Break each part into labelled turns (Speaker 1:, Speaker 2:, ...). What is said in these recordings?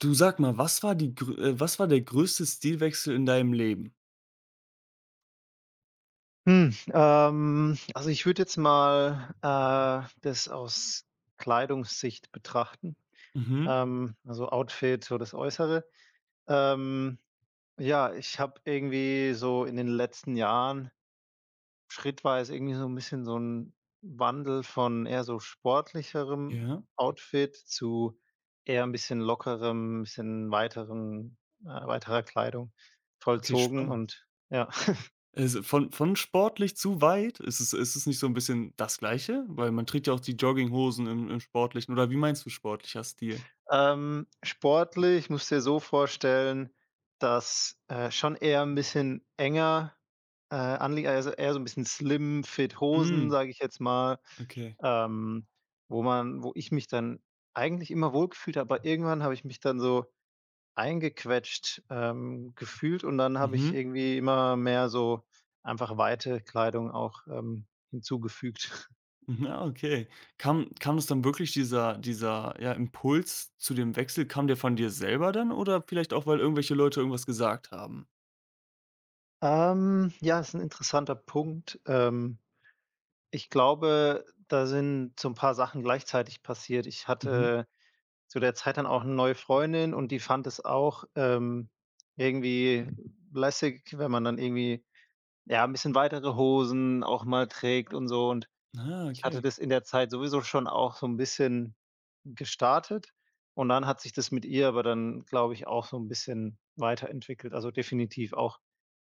Speaker 1: Du sag mal, was war die grö was war der größte Stilwechsel in deinem Leben?
Speaker 2: Also, ich würde jetzt mal, das aus Kleidungssicht betrachten,
Speaker 1: Mhm,
Speaker 2: also Outfit, so das Äußere. Ähm, ja, ich habe irgendwie so in den letzten Jahren schrittweise irgendwie so ein bisschen so 'n Wandel von eher so sportlicherem
Speaker 1: ja.
Speaker 2: Outfit zu eher ein bisschen lockerem, bisschen weiteren weiterer Kleidung
Speaker 1: Okay,
Speaker 2: vollzogen
Speaker 1: spannend.
Speaker 2: und ja.
Speaker 1: Also, von sportlich zu weit? Ist es nicht so ein bisschen das Gleiche? Weil man trägt ja auch die Jogginghosen im Sportlichen oder wie meinst du sportlicher Stil?
Speaker 2: Sportlich musst du dir so vorstellen, dass, schon eher ein bisschen enger, anliegt, also eher so ein bisschen slim fit Hosen,
Speaker 1: Hm,
Speaker 2: sage ich jetzt mal,
Speaker 1: okay.
Speaker 2: ähm, wo ich mich dann eigentlich immer wohlgefühlt habe, aber irgendwann habe ich mich dann so eingequetscht, gefühlt und dann habe ich
Speaker 1: Mhm.
Speaker 2: irgendwie immer mehr so einfach weite Kleidung auch, hinzugefügt.
Speaker 1: Mhm, ah, okay. Kam es dann wirklich dieser, ja, Impuls zu dem Wechsel, kam der von dir selber dann oder vielleicht auch, weil irgendwelche Leute irgendwas gesagt haben?
Speaker 2: Ja, ist ein interessanter Punkt. Ich glaube, da sind so ein paar Sachen gleichzeitig passiert. Ich
Speaker 1: Mhm.
Speaker 2: hatte zu der Zeit dann auch 'ne neue Freundin und die fand es auch, irgendwie lässig, wenn man dann irgendwie, ja, 'n bisschen weitere Hosen auch mal trägt und so. Und
Speaker 1: Ah,
Speaker 2: ich hatte
Speaker 1: okay.
Speaker 2: das in der Zeit sowieso schon auch so 'n bisschen gestartet und dann hat sich das mit ihr aber dann, glaube ich, auch so 'n bisschen weiterentwickelt, also definitiv auch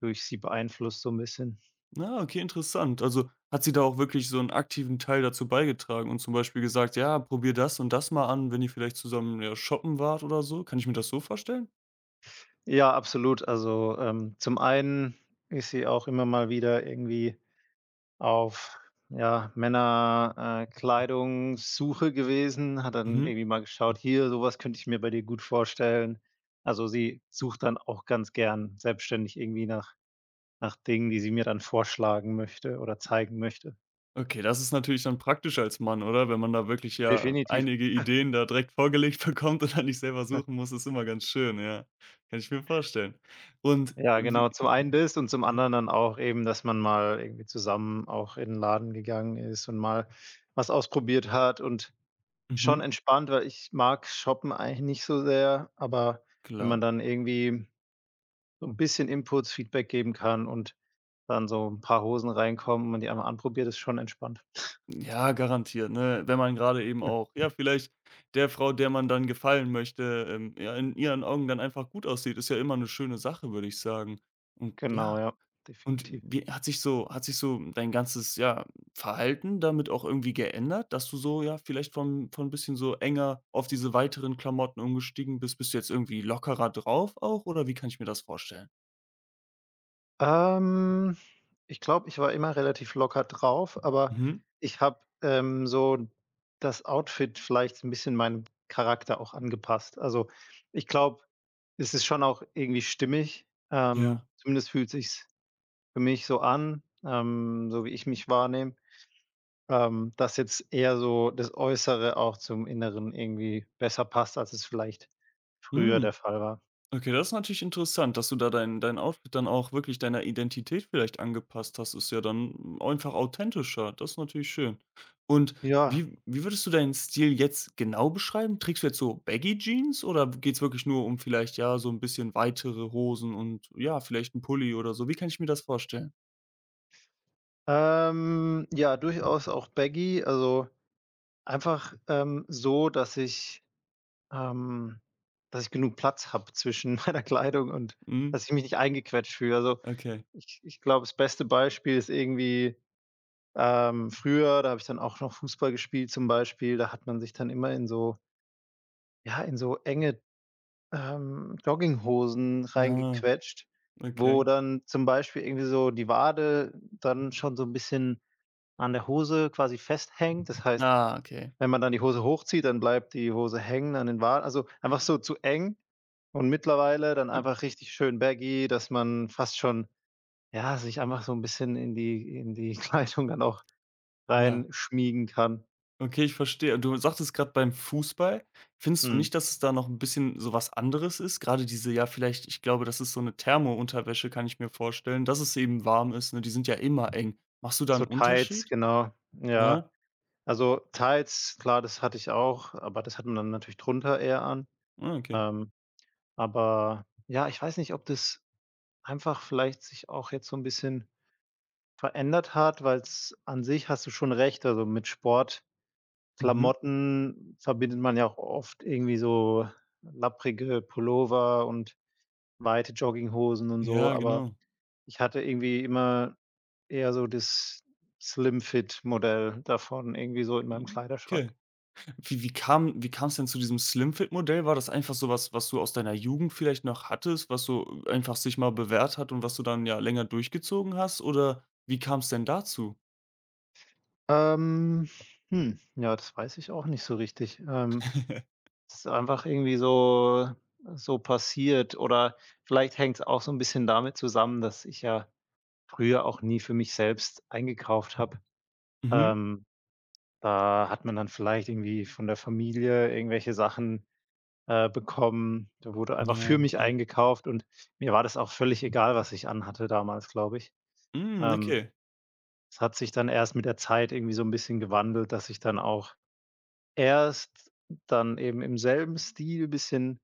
Speaker 2: durch sie beeinflusst so 'n bisschen.
Speaker 1: Ah, okay, interessant. Also hat sie da auch wirklich so einen aktiven Teil dazu beigetragen und zum Beispiel gesagt: „Ja, probier das und das mal an“, wenn ihr vielleicht zusammen, ja, shoppen wart oder so? Kann ich mir das so vorstellen?
Speaker 2: Ja, absolut. Also, zum einen ist sie auch immer mal wieder irgendwie auf, ja, Männer Kleidungssuche gewesen, hat dann
Speaker 1: Mhm.
Speaker 2: irgendwie mal geschaut: „Hier, sowas könnte ich mir bei dir gut vorstellen.“ Also, sie sucht dann auch ganz gern selbstständig irgendwie nach Dingen, die sie mir dann vorschlagen möchte oder zeigen möchte.
Speaker 1: Okay, das ist natürlich dann praktisch als Mann, oder? Wenn man da wirklich ja
Speaker 2: Definitiv.
Speaker 1: einige Ideen da direkt vorgelegt bekommt und dann nicht selber suchen muss, ist immer ganz schön, ja. Kann ich mir vorstellen. Und
Speaker 2: Ja, genau.
Speaker 1: wie
Speaker 2: Zum einen das und zum
Speaker 1: ja,
Speaker 2: anderen dann auch eben, dass man mal irgendwie zusammen auch in 'n Laden gegangen ist und mal was ausprobiert hat und schon
Speaker 1: mhm,
Speaker 2: entspannt, weil ich mag Shoppen eigentlich nicht so sehr, aber wenn
Speaker 1: klar.
Speaker 2: man dann irgendwie so 'n bisschen Inputs, Feedback geben kann und dann so 'n paar Hosen reinkommen und man die einmal anprobiert, ist schon entspannt.
Speaker 1: Ja, garantiert, ne? Wenn man gerade eben auch ja, vielleicht der Frau, der man dann gefallen möchte, ja, in ihren Augen dann einfach gut aussieht, ist ja immer eine schöne Sache, würde ich sagen. Und
Speaker 2: Genau,
Speaker 1: ja,
Speaker 2: ja,
Speaker 1: und
Speaker 2: definitiv.
Speaker 1: wie hat sich so dein ganzes, ja, Verhalten damit auch irgendwie geändert, dass du so, ja, vielleicht von ein bisschen so enger auf diese weiteren Klamotten umgestiegen bist? Bist du jetzt irgendwie lockerer drauf auch oder wie kann ich mir das vorstellen?
Speaker 2: Ähm, ich glaube, ich war immer relativ locker drauf, aber
Speaker 1: Mhm.
Speaker 2: ich habe, so das Outfit vielleicht 'n bisschen meinem Charakter auch angepasst. Also, ich glaube, es ist schon auch irgendwie stimmig,
Speaker 1: Ja.
Speaker 2: zumindest fühlt sich's für mich so an, so wie ich mich wahrnehme, dass jetzt eher so das Äußere auch zum Inneren irgendwie besser passt, als es vielleicht früher der
Speaker 1: Mhm.
Speaker 2: Fall war.
Speaker 1: Okay, das ist natürlich interessant, dass du da dein Outfit dann auch wirklich deiner Identität vielleicht angepasst hast. Ist ja dann einfach authentischer. Das ist natürlich schön. Und
Speaker 2: Ja,
Speaker 1: wie würdest du deinen Stil jetzt genau beschreiben? Trägst du jetzt so Baggy Jeans oder geht's wirklich nur um vielleicht, ja, so ein bisschen weitere Hosen und, ja, vielleicht ein Pulli oder so? Wie kann ich mir das vorstellen?
Speaker 2: ja, durchaus auch baggy, also einfach, so, dass ich ähm, dass ich genug Platz habe zwischen meiner Kleidung und
Speaker 1: Mhm,
Speaker 2: dass ich mich nicht eingequetscht fühle. Also,
Speaker 1: okay.
Speaker 2: ich glaube, das beste Beispiel ist irgendwie, früher, da habe ich dann auch noch Fußball gespielt zum Beispiel, da hat man sich dann immer in so ja, in so enge, Jogginghosen
Speaker 1: Ah,
Speaker 2: reingequetscht, wo
Speaker 1: okay.
Speaker 2: dann zum Beispiel irgendwie so die Wade dann schon so ein bisschen an der Hose quasi festhängt. Das heißt,
Speaker 1: Ah, okay.
Speaker 2: wenn man dann die Hose hochzieht, dann bleibt die Hose hängen an den Waden. Also, einfach so zu eng und mittlerweile dann
Speaker 1: Hm,
Speaker 2: einfach richtig schön baggy, dass man fast schon, ja, sich einfach so ein bisschen in die Kleidung dann auch
Speaker 1: ja.
Speaker 2: reinschmiegen kann.
Speaker 1: Okay, ich verstehe. Und du sagtest gerade beim Fußball, findest du
Speaker 2: Mhm.
Speaker 1: nicht, dass es da noch ein bisschen so was anderes ist? Gerade diese ja, vielleicht ich glaube, das ist so eine Thermounterwäsche, kann ich mir vorstellen, dass es eben warm ist, ne? Die sind ja immer eng. Machst du da
Speaker 2: So
Speaker 1: einen
Speaker 2: Tights,
Speaker 1: Unterschied?
Speaker 2: genau.
Speaker 1: Ja?
Speaker 2: Ja. Also, teils, klar, das hatte ich auch, aber das hat man dann natürlich drunter eher an.
Speaker 1: Ah, okay.
Speaker 2: Ähm, aber ja, ich weiß nicht, ob das einfach vielleicht sich auch jetzt so ein bisschen verändert hat, weil es an sich hast du schon recht, also, mit
Speaker 1: Mhm.
Speaker 2: Sportklamotten verbindet man ja auch oft irgendwie so lapprige Pullover und weite Jogginghosen und so,
Speaker 1: Ja,
Speaker 2: aber
Speaker 1: genau.
Speaker 2: ich hatte irgendwie immer eher so das Slim-Fit-Modell davon irgendwie so in meinem
Speaker 1: Mhm,
Speaker 2: Kleiderschrank.
Speaker 1: okay. Wie kam's denn zu diesem slimfit modell? War das einfach so was, was du aus deiner Jugend vielleicht noch hattest, was so einfach sich mal bewährt hat und was du dann ja länger durchgezogen hast? Oder wie kam's denn dazu?
Speaker 2: Ähm, ja, das weiß ich auch nicht so richtig. Es ist einfach irgendwie so so passiert oder vielleicht hängt es auch so ein bisschen damit zusammen, dass ich ja früher auch nie für mich selbst eingekauft habe.
Speaker 1: Mhm.
Speaker 2: Ähm, da hat man dann vielleicht irgendwie von der Familie irgendwelche Sachen, bekommen. Da wurde einfach für
Speaker 1: Ja,
Speaker 2: mich
Speaker 1: okay.
Speaker 2: eingekauft und mir war das auch völlig egal, was ich anhatte damals, glaube ich.
Speaker 1: Hm,
Speaker 2: Ähm,
Speaker 1: okay.
Speaker 2: es hat sich dann erst mit der Zeit irgendwie so ein bisschen gewandelt, dass ich dann auch erst dann eben im selben Stil bisschen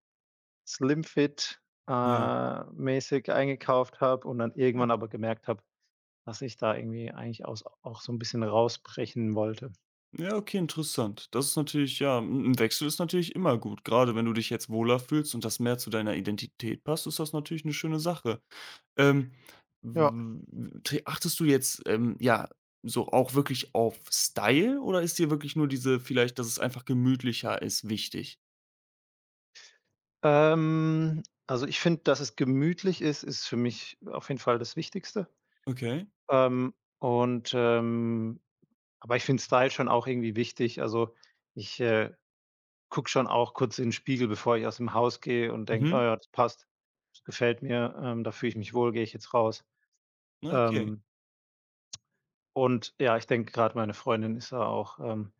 Speaker 2: Slim-Fit,
Speaker 1: Ja.
Speaker 2: mäßig eingekauft habe und dann
Speaker 1: Hm.
Speaker 2: irgendwann aber gemerkt habe, dass ich da irgendwie eigentlich aus auch so ein bisschen rausbrechen wollte.
Speaker 1: Ja, okay, interessant. Das ist natürlich ja, hm, ein 'n Wechsel ist natürlich immer gut. Gerade wenn du dich jetzt wohler fühlst und das mehr zu deiner Identität passt, ist das natürlich eine schöne Sache. Ähm,
Speaker 2: Ja,
Speaker 1: w w achtest du jetzt, ja, so auch wirklich auf Style oder ist dir wirklich nur diese vielleicht, dass es einfach gemütlicher ist, wichtig?
Speaker 2: also, ich finde, dass es gemütlich ist, ist für mich auf jeden Fall das Wichtigste.
Speaker 1: Okay.
Speaker 2: Ähm, und, ähm aber ich finde Style schon auch irgendwie wichtig. Also, ich, gucke schon auch kurz in den Spiegel, bevor ich aus dem Haus gehe und denke: oh
Speaker 1: Mhm.
Speaker 2: ja, das passt. Das gefällt mir, da fühle ich mich wohl, gehe ich jetzt raus.“
Speaker 1: Okay.
Speaker 2: Ähm, und ja, ich denke gerade meine Freundin ist da auch,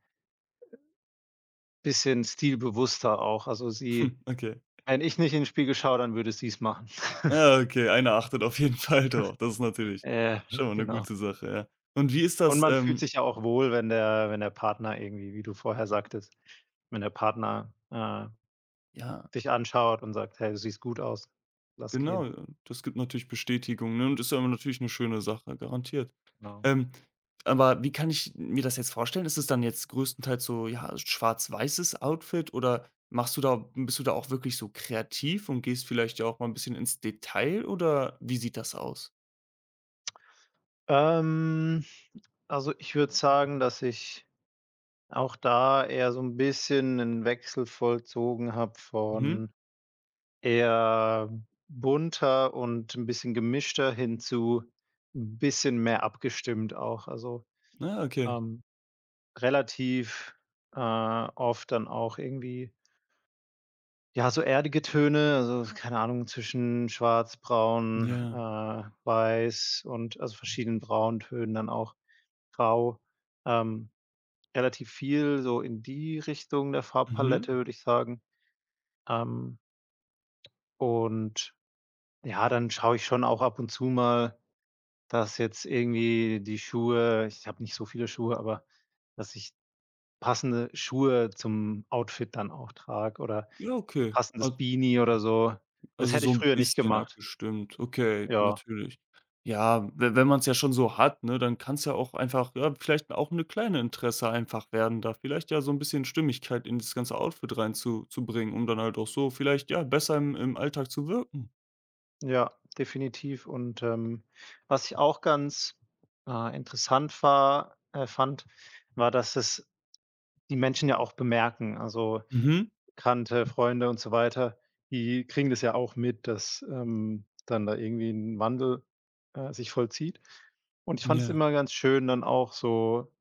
Speaker 2: bisschen stilbewusster auch. Also, sie
Speaker 1: Hm, okay.
Speaker 2: wenn ich nicht in den Spiegel schaue, dann würde sie es machen.
Speaker 1: Ja, okay, einer achtet auf jeden Fall drauf. Das ist natürlich
Speaker 2: Äh,
Speaker 1: schon mal eine
Speaker 2: genau.
Speaker 1: gute Sache, ja. Und wie ist
Speaker 2: Und
Speaker 1: das,
Speaker 2: man fühlt sich ja auch wohl, wenn der Partner irgendwie, wie du vorher sagtest wenn der Partner,
Speaker 1: ja.
Speaker 2: dich anschaut und sagt: „Hey, du siehst gut aus. Lass
Speaker 1: Genau,
Speaker 2: gehen.“
Speaker 1: ja. Das gibt natürlich Bestätigung, ne, und ist ja immer natürlich eine schöne Sache, garantiert.
Speaker 2: Genau.
Speaker 1: Ähm, aber wie kann ich mir das jetzt vorstellen? Ist es dann jetzt größtenteils so, ja, schwarz-weißes Outfit oder machst du da bist du da auch wirklich so kreativ und gehst vielleicht ja auch mal ein bisschen ins Detail oder wie sieht das aus?
Speaker 2: Ähm, also, ich würde sagen, dass ich auch da eher so ein bisschen einen Wechsel vollzogen habe
Speaker 1: Mhm.
Speaker 2: von eher bunter und ein bisschen gemischter hin zu 'n bisschen mehr abgestimmt auch. Also,
Speaker 1: Ah, okay.
Speaker 2: ähm, relativ, oft dann auch irgendwie, ja, so erdige Töne, also, keine Ahnung, zwischen schwarz, braun,
Speaker 1: Ja.
Speaker 2: weiß und also, verschiedenen Brauntönen dann auch grau. Ähm Relativ viel so in die Richtung der
Speaker 1: Mhm.
Speaker 2: Farbpalette, würde ich sagen. Ähm, und ja, dann schaue ich schon auch ab und zu mal, dass jetzt irgendwie die Schuhe ich habe nicht so viele Schuhe, aber dass ich passende Schuhe zum Outfit dann auch trage oder
Speaker 1: Ja,
Speaker 2: ein
Speaker 1: okay.
Speaker 2: passendes Beanie oder so. Das
Speaker 1: Also,
Speaker 2: hätte
Speaker 1: so
Speaker 2: ich
Speaker 1: 'n
Speaker 2: früher nicht
Speaker 1: bisschen
Speaker 2: gemacht.
Speaker 1: abgestimmt. Okay,
Speaker 2: Ja,
Speaker 1: natürlich. Ja, we wenn man's ja schon so hat, ne, dann kann's ja auch einfach ja, vielleicht auch 'ne kleine Interesse einfach werden, da vielleicht ja so 'n bisschen Stimmigkeit in das ganze Outfit rein zu bringen, um dann halt auch so vielleicht, ja, besser im Alltag zu wirken.
Speaker 2: ja, definitiv. Und, was ich auch ganz, interessant war fand, war, dass es die Menschen ja auch bemerken. Also
Speaker 1: Mhm.
Speaker 2: Kannte, Freunde und so weiter, die kriegen das ja auch mit, dass, dann da irgendwie 'n Wandel, sich vollzieht. Und ich fand es
Speaker 1: Ja.
Speaker 2: immer ganz schön, dann auch so,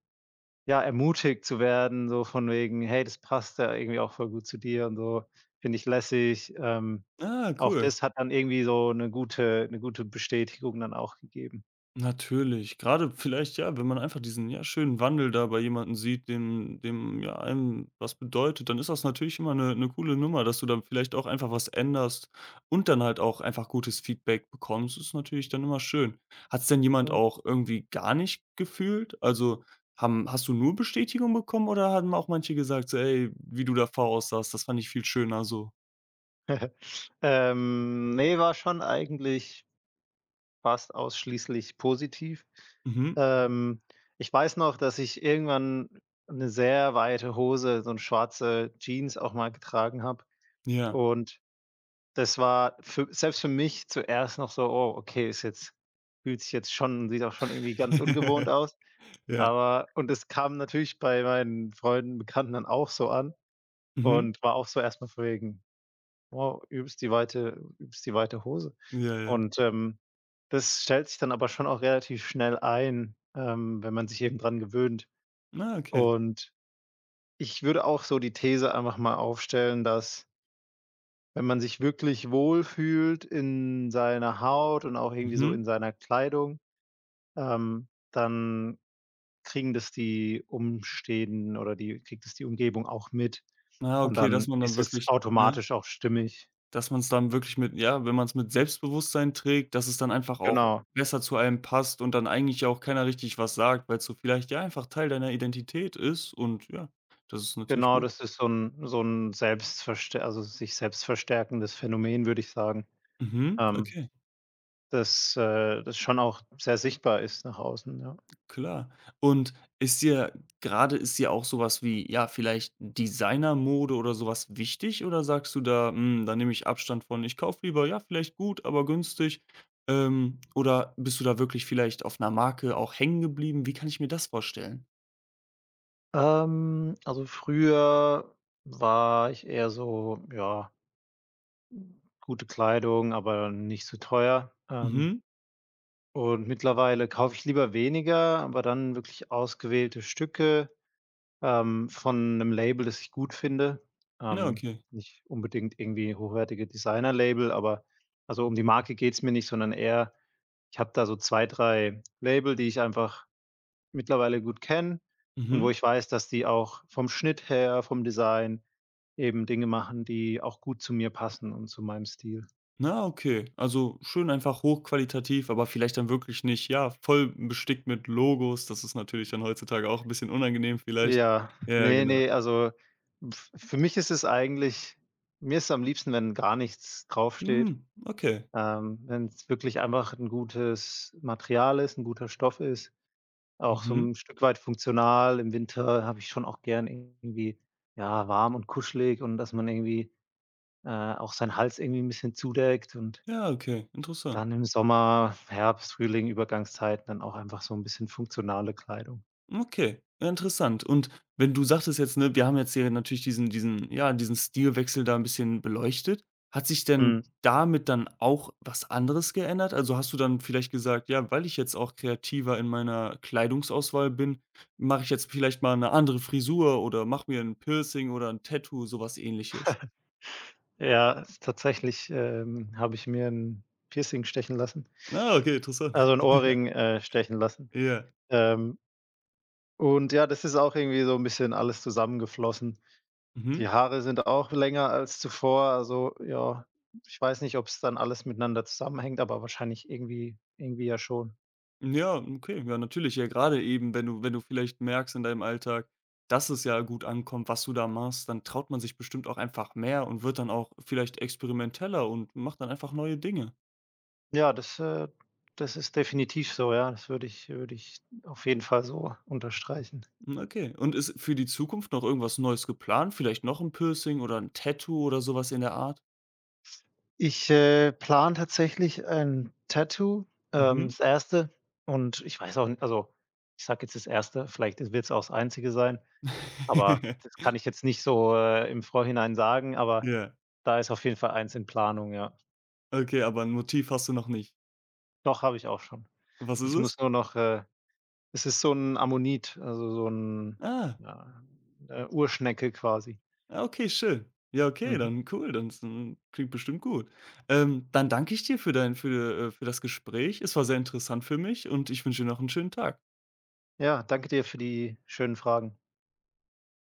Speaker 2: ja, ermutigt zu werden, so von wegen: „Hey, das passt ja irgendwie auch voll gut zu dir und so, finde ich lässig.“
Speaker 1: Ah,
Speaker 2: auch
Speaker 1: cool.
Speaker 2: das hat dann irgendwie so 'ne gute Bestätigung dann auch gegeben.
Speaker 1: Natürlich, gerade vielleicht, ja, wenn man einfach diesen, ja, schönen Wandel da bei jemanden sieht, dem, ja, einem was bedeutet, dann ist das natürlich immer 'ne coole Nummer, dass du dann vielleicht auch einfach was änderst und dann halt auch einfach gutes Feedback bekommst, ist natürlich dann immer schön. Hat's denn jemand auch irgendwie gar nicht gefühlt? Also, haben hast du nur Bestätigung bekommen oder haben auch manche gesagt so: „Ey, wie du davor aussahst, das fand ich viel schöner so?“
Speaker 2: Ne, war schon eigentlich fast ausschließlich positiv.
Speaker 1: Mhm.
Speaker 2: Ähm, ich weiß noch, dass ich irgendwann 'ne sehr weite Hose, so 'n schwarze Jeans auch mal getragen habe
Speaker 1: Ja.
Speaker 2: und das war für selbst für mich zuerst noch so: „Oh, okay, ist jetzt fühlt sich jetzt schon sieht auch schon irgendwie ganz ungewohnt aus.“
Speaker 1: Ja.
Speaker 2: Aber und das kam natürlich bei meinen Freunden, Bekannten dann auch so an
Speaker 1: Mhm.
Speaker 2: und war auch so erst mal von wegen: Wow, übelst die weite Hose.
Speaker 1: Ja, ja.
Speaker 2: Und, das stellt sich dann aber schon auch relativ schnell ein, wenn man sich eben dran gewöhnt.
Speaker 1: Ah, okay.
Speaker 2: Und ich würde auch so die These einfach mal aufstellen, dass, wenn man sich wirklich wohlfühlt in seiner Haut und auch irgendwie so in
Speaker 1: Mhm.
Speaker 2: seiner Kleidung, dann kriegen das die Umstehenden oder die kriegt das die Umgebung auch mit
Speaker 1: Ah,
Speaker 2: und
Speaker 1: okay, dass
Speaker 2: dann
Speaker 1: man dann
Speaker 2: ist es
Speaker 1: wirklich ne,
Speaker 2: automatisch auch stimmig.
Speaker 1: dass man es dann wirklich mit ja, wenn man es mit Selbstbewusstsein trägt, dass es dann einfach auch
Speaker 2: Genau.
Speaker 1: besser zu einem passt und dann eigentlich ja auch keiner richtig was sagt, weil es so vielleicht ja einfach Teil deiner Identität ist und ja, das ist natürlich
Speaker 2: Genau,
Speaker 1: gut.
Speaker 2: das ist so 'n selbstverstär also, sich selbst verstärkendes Phänomen, würde ich sagen,
Speaker 1: Mhm,
Speaker 2: ähm,
Speaker 1: okay.
Speaker 2: das, das schon auch sehr sichtbar ist nach außen, ja.
Speaker 1: Klar. Und ist dir gerade ist dir auch sowas wie, ja, vielleicht Designermode oder sowas wichtig oder sagst du da: „Hm, da nehme ich Abstand von. Ich kaufe lieber, ja, vielleicht gut, aber günstig.“ Oder bist du da wirklich vielleicht auf einer Marke auch hängen geblieben? Wie kann ich mir das vorstellen?
Speaker 2: Also, früher war ich eher so, ja, gute Kleidung, aber nicht zu teuer,
Speaker 1: Mhm.
Speaker 2: und mittlerweile kaufe ich lieber weniger, aber dann wirklich ausgewählte Stücke. Von 'nem Label, das ich gut finde.
Speaker 1: Na,
Speaker 2: Ähm,
Speaker 1: okay.
Speaker 2: nicht unbedingt irgendwie hochwertige Designer-Label, aber also, um die Marke geht's mir nicht, sondern eher ich habe da so 2, 3 Label, die ich einfach mittlerweile gut kenne und wo
Speaker 1: Mhm.
Speaker 2: ich weiß, dass die auch vom Schnitt her, vom Design eben Dinge machen, die auch gut zu mir passen und zu meinem Stil.
Speaker 1: Na, okay. Also, schön einfach hochqualitativ, aber vielleicht dann wirklich nicht, ja, voll bestickt mit Logos. Das ist natürlich dann heutzutage auch ein bisschen unangenehm vielleicht.
Speaker 2: Ja,
Speaker 1: Ja, ja,
Speaker 2: ne,
Speaker 1: genau.
Speaker 2: ne, also, f für mich ist es eigentlich mir ist es am liebsten, wenn gar nichts draufsteht.
Speaker 1: Hm, okay.
Speaker 2: Wenn es wirklich einfach ein gutes Material ist, ein guter Stoff ist, auch so
Speaker 1: Mhm.
Speaker 2: 'n Stück weit funktional. Im Winter habe ich schon auch gern irgendwie, ja, warm und kuschelig und dass man irgendwie, auch seinen Hals irgendwie 'n bisschen zudeckt und
Speaker 1: Ja, okay, interessant.
Speaker 2: dann im Sommer, Herbst, Frühling, Übergangszeiten dann auch einfach so 'n bisschen funktionale Kleidung.
Speaker 1: Okay, ja, interessant. Und wenn du sagtest jetzt, ne, wir haben jetzt hier natürlich diesen ja, diesen Stilwechsel da ein bisschen beleuchtet. Hat sich denn
Speaker 2: Mhm.
Speaker 1: damit dann auch was anderes geändert? Also, hast du dann vielleicht gesagt: „Ja, weil ich jetzt auch kreativer in meiner Kleidungsauswahl bin, mache ich jetzt vielleicht mal eine andere Frisur oder mache mir ein Piercing oder ein Tattoo“, sowas Ähnliches?
Speaker 2: Ja, ist tatsächlich, habe ich mir 'n Piercing stechen lassen,
Speaker 1: Ah, okay, interessant.
Speaker 2: also 'n Ohrring, stechen lassen.
Speaker 1: Ja.
Speaker 2: Ähm Und ja, das ist auch irgendwie so ein bisschen alles zusammengeflossen.
Speaker 1: Mhm.
Speaker 2: Die Haare sind auch länger als zuvor. Also, ja, ich weiß nicht, ob es dann alles miteinander zusammenhängt, aber wahrscheinlich irgendwie ja schon.
Speaker 1: Ja, okay, ja, natürlich. Ja, gerade eben, wenn du wenn du vielleicht merkst in deinem Alltag, dass es ja gut ankommt, was du da machst, dann traut man sich bestimmt auch einfach mehr und wird dann auch vielleicht experimenteller und macht dann einfach neue Dinge.
Speaker 2: Ja, das das ist definitiv so, ja. Das würde ich auf jeden Fall so unterstreichen.
Speaker 1: Hm, okay. Und ist für die Zukunft noch irgendwas Neues geplant? Vielleicht noch ein Piercing oder ein Tattoo oder sowas in der Art?
Speaker 2: Ich, plane tatsächlich ein Tattoo,
Speaker 1: Mhm.
Speaker 2: das Erste und ich weiß auch n also, ich sage jetzt das Erste, vielleicht wird es auch das einzige sein. Aber das kann ich jetzt nicht so, im Vorhinein sagen, aber
Speaker 1: Ja.
Speaker 2: da ist auf jeden Fall eins in Planung, ja.
Speaker 1: Okay, aber ein Motiv hast du noch nicht.
Speaker 2: Doch, habe ich auch schon.
Speaker 1: Was ist
Speaker 2: Ich
Speaker 1: es?
Speaker 2: muss nur noch, es ist so 'n Ammonit, also so 'n,
Speaker 1: Ah.
Speaker 2: ja, Urschnecke quasi.
Speaker 1: Ah, okay, schön. Ja, okay,
Speaker 2: Mhm.
Speaker 1: dann cool, dann s hm, klingt bestimmt gut. Dann danke ich dir für dein für das Gespräch. Es war sehr interessant für mich und ich wünsche dir noch einen schönen Tag.
Speaker 2: Ja, danke dir für die schönen Fragen.